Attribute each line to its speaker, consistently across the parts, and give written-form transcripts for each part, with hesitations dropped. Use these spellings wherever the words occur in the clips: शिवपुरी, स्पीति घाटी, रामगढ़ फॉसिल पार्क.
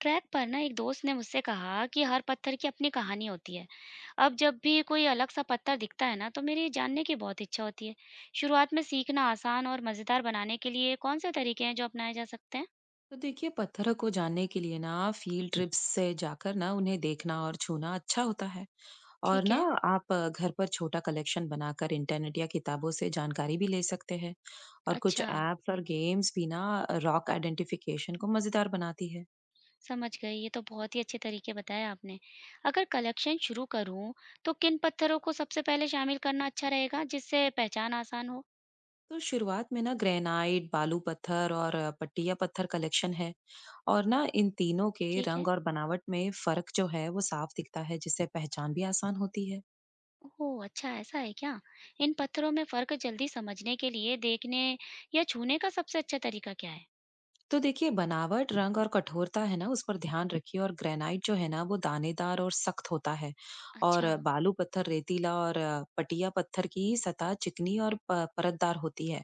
Speaker 1: Track पर ना एक दोस्त ने मुझसे कहा कि हर पत्थर की अपनी कहानी होती है। अब जब भी कोई अलग सा पत्थर दिखता है ना तो मेरी जानने की बहुत इच्छा होती है। शुरुआत में सीखना आसान और मजेदार बनाने के लिए कौन से तरीके हैं जो अपनाए जा सकते हैं?
Speaker 2: तो देखिए पत्थरों को जानने के लिए ना फील्ड ट्रिप्स से जाकर ना उन्हें देखना और छूना अच्छा होता है। और
Speaker 1: ठीक
Speaker 2: ना
Speaker 1: है।
Speaker 2: आप घर पर छोटा कलेक्शन बनाकर इंटरनेट या किताबों से जानकारी भी ले सकते हैं। और कुछ
Speaker 1: अच्छा।
Speaker 2: एप्स और गेम्स भी ना रॉक आइडेंटिफिकेशन को मजेदार बनाती है।
Speaker 1: समझ गई, ये तो बहुत ही अच्छे तरीके बताए आपने। अगर कलेक्शन शुरू करूं तो किन पत्थरों को सबसे पहले शामिल करना अच्छा रहेगा जिससे पहचान आसान हो?
Speaker 2: तो शुरुआत में ना ग्रेनाइट बालू पत्थर और पट्टिया पत्थर कलेक्शन है। और ना इन तीनों के
Speaker 1: ठीक है।
Speaker 2: रंग और बनावट में फर्क जो है वो साफ दिखता है, जिससे पहचान भी आसान होती है।
Speaker 1: ओह! अच्छा, ऐसा है क्या? इन पत्थरों में फ़र्क जल्दी समझने के लिए देखने या छूने का सबसे अच्छा तरीका क्या है?
Speaker 2: तो देखिए बनावट, रंग और कठोरता है ना, उस पर ध्यान रखिए। और ग्रेनाइट जो है ना वो दानेदार और सख्त होता है। और
Speaker 1: अच्छा।
Speaker 2: बालू पत्थर रेतीला और पटिया पत्थर की सतह चिकनी और परतदार होती है।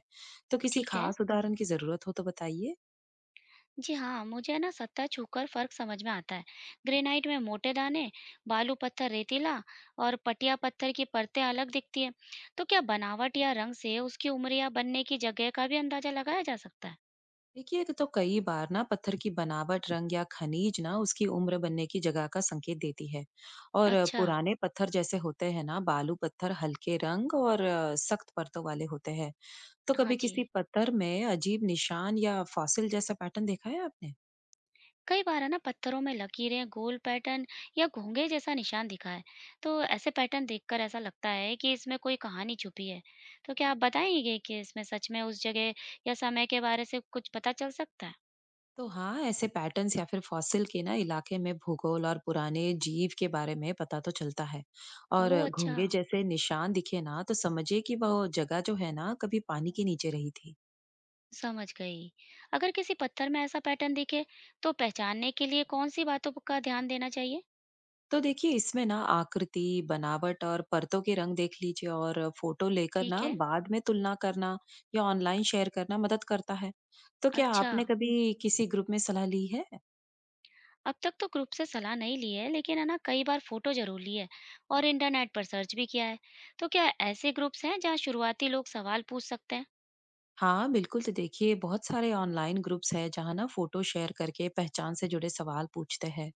Speaker 2: तो किसी
Speaker 1: ठीक है।
Speaker 2: खास उदाहरण की जरूरत हो तो बताइए।
Speaker 1: जी हाँ, मुझे है ना सतह छूकर फ़र्क समझ में आता है। ग्रेनाइट में मोटे दाने, बालू पत्थर रेतीला और पटिया पत्थर की परतें अलग दिखती हैं। तो क्या बनावट या रंग से उसकी उम्र या बनने की जगह का भी अंदाज़ा लगाया जा सकता है?
Speaker 2: देखिए तो कई बार ना पत्थर की बनावट रंग या खनिज ना उसकी उम्र बनने की जगह का संकेत देती है। और
Speaker 1: अच्छा।
Speaker 2: पुराने पत्थर जैसे होते हैं ना बालू पत्थर हल्के रंग और सख्त परतों वाले होते हैं। तो
Speaker 1: हाँ
Speaker 2: कभी
Speaker 1: जी।
Speaker 2: किसी पत्थर में अजीब निशान या फॉसिल जैसा पैटर्न देखा है आपने?
Speaker 1: कई बार है ना पत्थरों में लकीरें, गोल पैटर्न या घोंघे जैसा निशान दिखा है। तो ऐसे पैटर्न देखकर ऐसा लगता है कि इसमें कोई कहानी छुपी है। तो क्या आप बताएंगे कि इसमें सच में उस जगह या समय के बारे से कुछ पता चल सकता है?
Speaker 2: तो हाँ, ऐसे पैटर्न्स या फिर फॉसिल के ना इलाके में भूगोल और पुराने जीव के बारे में पता तो चलता है। और
Speaker 1: ओह अच्छा,
Speaker 2: घोंघे जैसे निशान दिखे ना तो समझिए कि वह जगह जो है ना कभी पानी के नीचे रही थी।
Speaker 1: समझ गई। अगर किसी पत्थर में ऐसा पैटर्न दिखे तो पहचानने के लिए कौन सी बातों का ध्यान देना चाहिए?
Speaker 2: तो देखिए इसमें ना आकृति, बनावट और परतों के रंग देख लीजिए। और फोटो लेकर
Speaker 1: ठीक
Speaker 2: ना
Speaker 1: है।
Speaker 2: बाद में तुलना करना या ऑनलाइन शेयर करना मदद करता है। तो क्या
Speaker 1: अच्छा।
Speaker 2: आपने कभी किसी ग्रुप में सलाह ली है?
Speaker 1: अब तक तो ग्रुप से सलाह नहीं ली है, लेकिन है ना कई बार फोटो जरूर ली है और इंटरनेट पर सर्च भी किया है। तो क्या ऐसे ग्रुप्स हैं जहाँ शुरुआती लोग सवाल पूछ सकते हैं?
Speaker 2: हाँ, बिल्कुल। तो देखिए बहुत सारे ऑनलाइन ग्रुप्स हैं जहाँ ना फ़ोटो शेयर करके पहचान से जुड़े सवाल पूछते हैं।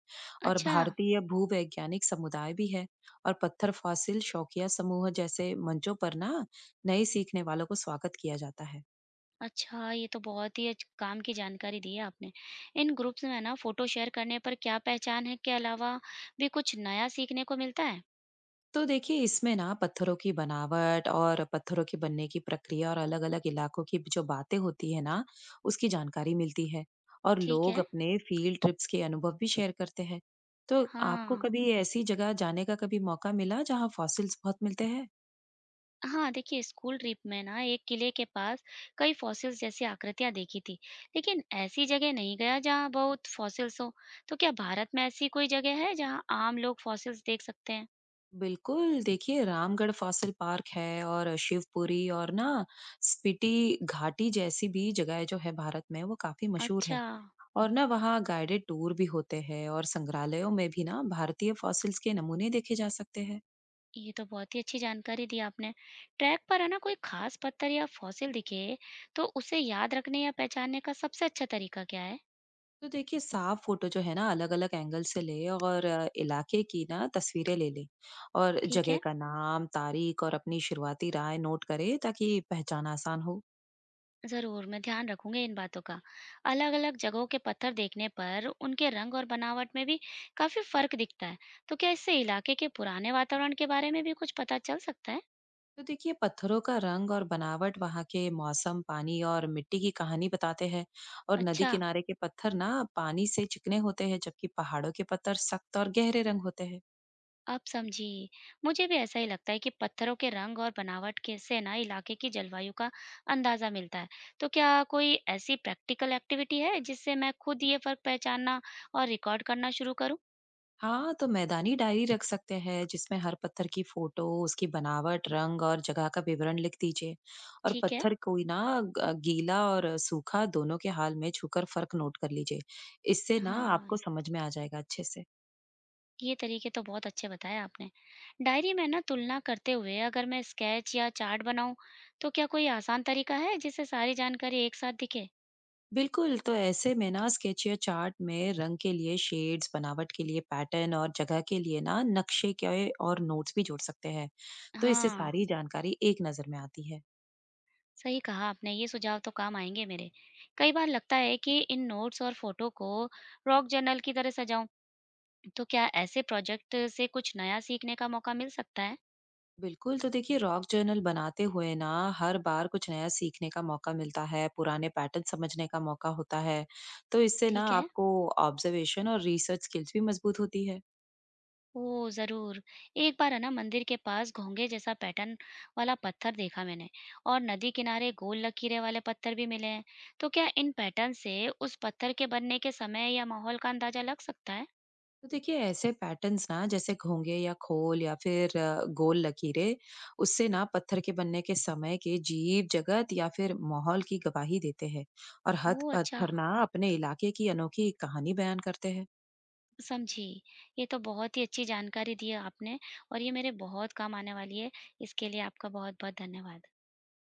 Speaker 2: और
Speaker 1: अच्छा।
Speaker 2: भारतीय भूवैज्ञानिक समुदाय भी है। और पत्थर फॉसिल शौकिया समूह जैसे मंचों पर ना नए सीखने वालों को स्वागत किया जाता है।
Speaker 1: अच्छा ये तो बहुत ही काम की जानकारी दी है आपने। इन ग्रुप्स में ना फोटो शेयर करने पर क्या पहचान है के अलावा भी कुछ नया सीखने को मिलता है?
Speaker 2: तो देखिए इसमें ना पत्थरों की बनावट और पत्थरों के बनने की प्रक्रिया और अलग अलग इलाकों की जो बातें होती है ना उसकी जानकारी मिलती है। और
Speaker 1: ठीक
Speaker 2: लोग
Speaker 1: है।
Speaker 2: अपने फील्ड ट्रिप्स के अनुभव भी शेयर करते हैं। तो आपको
Speaker 1: हाँ।
Speaker 2: कभी ऐसी जगह जाने का कभी मौका मिला जहाँ फॉसिल्स बहुत मिलते हैं?
Speaker 1: हाँ, देखिए स्कूल ट्रिप में ना एक किले के पास कई फॉसिल्स जैसी आकृतियां देखी थी, लेकिन ऐसी जगह नहीं गया जहाँ बहुत फॉसिल्स हो। तो क्या भारत में ऐसी कोई जगह है जहाँ आम लोग फॉसिल्स देख सकते हैं?
Speaker 2: बिल्कुल, देखिए रामगढ़ फॉसिल पार्क है और शिवपुरी और ना स्पीति घाटी जैसी भी जगह जो है भारत में वो काफी मशहूर
Speaker 1: अच्छा,
Speaker 2: है। और ना वहाँ गाइडेड टूर भी होते हैं और संग्रहालयों में भी ना भारतीय फॉसिल्स के नमूने देखे जा सकते हैं।
Speaker 1: ये तो बहुत ही अच्छी जानकारी दी आपने। ट्रैक पर है ना कोई खास पत्थर या फॉसिल दिखे, तो उसे याद रखने या पहचानने का सबसे अच्छा तरीका क्या है?
Speaker 2: तो देखिए साफ फोटो जो है ना अलग अलग एंगल से ले और इलाके की ना तस्वीरें ले ले। और
Speaker 1: ठीक
Speaker 2: जगह
Speaker 1: है।
Speaker 2: का नाम तारीख और अपनी शुरुआती राय नोट करे ताकि पहचान आसान हो।
Speaker 1: जरूर मैं ध्यान रखूंगी इन बातों का। अलग अलग जगहों के पत्थर देखने पर उनके रंग और बनावट में भी काफी फर्क दिखता है। तो क्या इससे इलाके के पुराने वातावरण के बारे में भी कुछ पता चल सकता है?
Speaker 2: तो देखिए पत्थरों का रंग और बनावट वहाँ के मौसम पानी और मिट्टी की कहानी बताते हैं। और नदी
Speaker 1: अच्छा।
Speaker 2: किनारे के पत्थर ना पानी से चिकने होते हैं, जबकि पहाड़ों के पत्थर सख्त और गहरे रंग होते हैं।
Speaker 1: अब समझी। मुझे भी ऐसा ही लगता है कि पत्थरों के रंग और बनावट के से ना इलाके की जलवायु का अंदाजा मिलता है। तो क्या कोई ऐसी प्रैक्टिकल एक्टिविटी है जिससे मैं खुद ये फर्क पहचानना और रिकॉर्ड करना शुरू करूँ?
Speaker 2: हाँ, तो मैदानी डायरी रख सकते हैं जिसमें हर पत्थर की फोटो, उसकी बनावट, रंग और जगह का विवरण लिख दीजिए। और
Speaker 1: ठीक है।
Speaker 2: पत्थर कोई ना गीला और सूखा दोनों के हाल में छूकर फर्क नोट कर लीजिए। इससे ना
Speaker 1: हाँ।
Speaker 2: आपको समझ में आ जाएगा अच्छे से।
Speaker 1: ये तरीके तो बहुत अच्छे बताए आपने। डायरी में ना तुलना करते हुए अगर मैं स्केच या चार्ट बनाऊं, तो क्या कोई आसान तरीका है जिससे सारी जानकारी एक साथ दिखे?
Speaker 2: बिल्कुल, तो ऐसे में ना स्केच या चार्ट में रंग के लिए शेड्स बनावट के लिए पैटर्न और जगह के लिए ना नक्शे के और नोट्स भी जोड़ सकते हैं। तो इससे
Speaker 1: हाँ।
Speaker 2: सारी जानकारी एक नजर में आती है।
Speaker 1: सही कहा आपने, ये सुझाव तो काम आएंगे मेरे। कई बार लगता है कि इन नोट्स और फोटो को रॉक जर्नल की तरह सजाऊं, तो क्या ऐसे प्रोजेक्ट से कुछ नया सीखने का मौका मिल सकता है?
Speaker 2: बिल्कुल, तो देखिए रॉक जर्नल बनाते हुए ना हर बार कुछ नया सीखने का मौका मिलता है, पुराने पैटर्न समझने का मौका होता है। तो इससे ना
Speaker 1: ठीक है।
Speaker 2: आपको ऑब्जर्वेशन और रिसर्च स्किल्स भी मजबूत होती है।
Speaker 1: ओह! ज़रूर। एक बार है ना मंदिर के पास घोंघे जैसा पैटर्न वाला पत्थर देखा मैंने, और नदी किनारे गोल लकीरें वाले पत्थर भी मिले हैं। तो क्या इन पैटर्न से उस पत्थर के बनने के समय या माहौल का अंदाज़ा लग सकता है?
Speaker 2: तो देखिए ऐसे पैटर्न्स ना जैसे घोंघे या खोल या फिर गोल लकीरें, उससे ना पत्थर के बनने के समय के जीव जगत या फिर माहौल की गवाही देते हैं। और हथ
Speaker 1: ओह अच्छा,
Speaker 2: पत्थर ना अपने इलाके की अनोखी कहानी बयान करते हैं।
Speaker 1: समझी। ये तो बहुत ही अच्छी जानकारी दी है आपने और ये मेरे बहुत काम आने वाली है। इसके लिए आपका बहुत-बहुत धन्यवाद।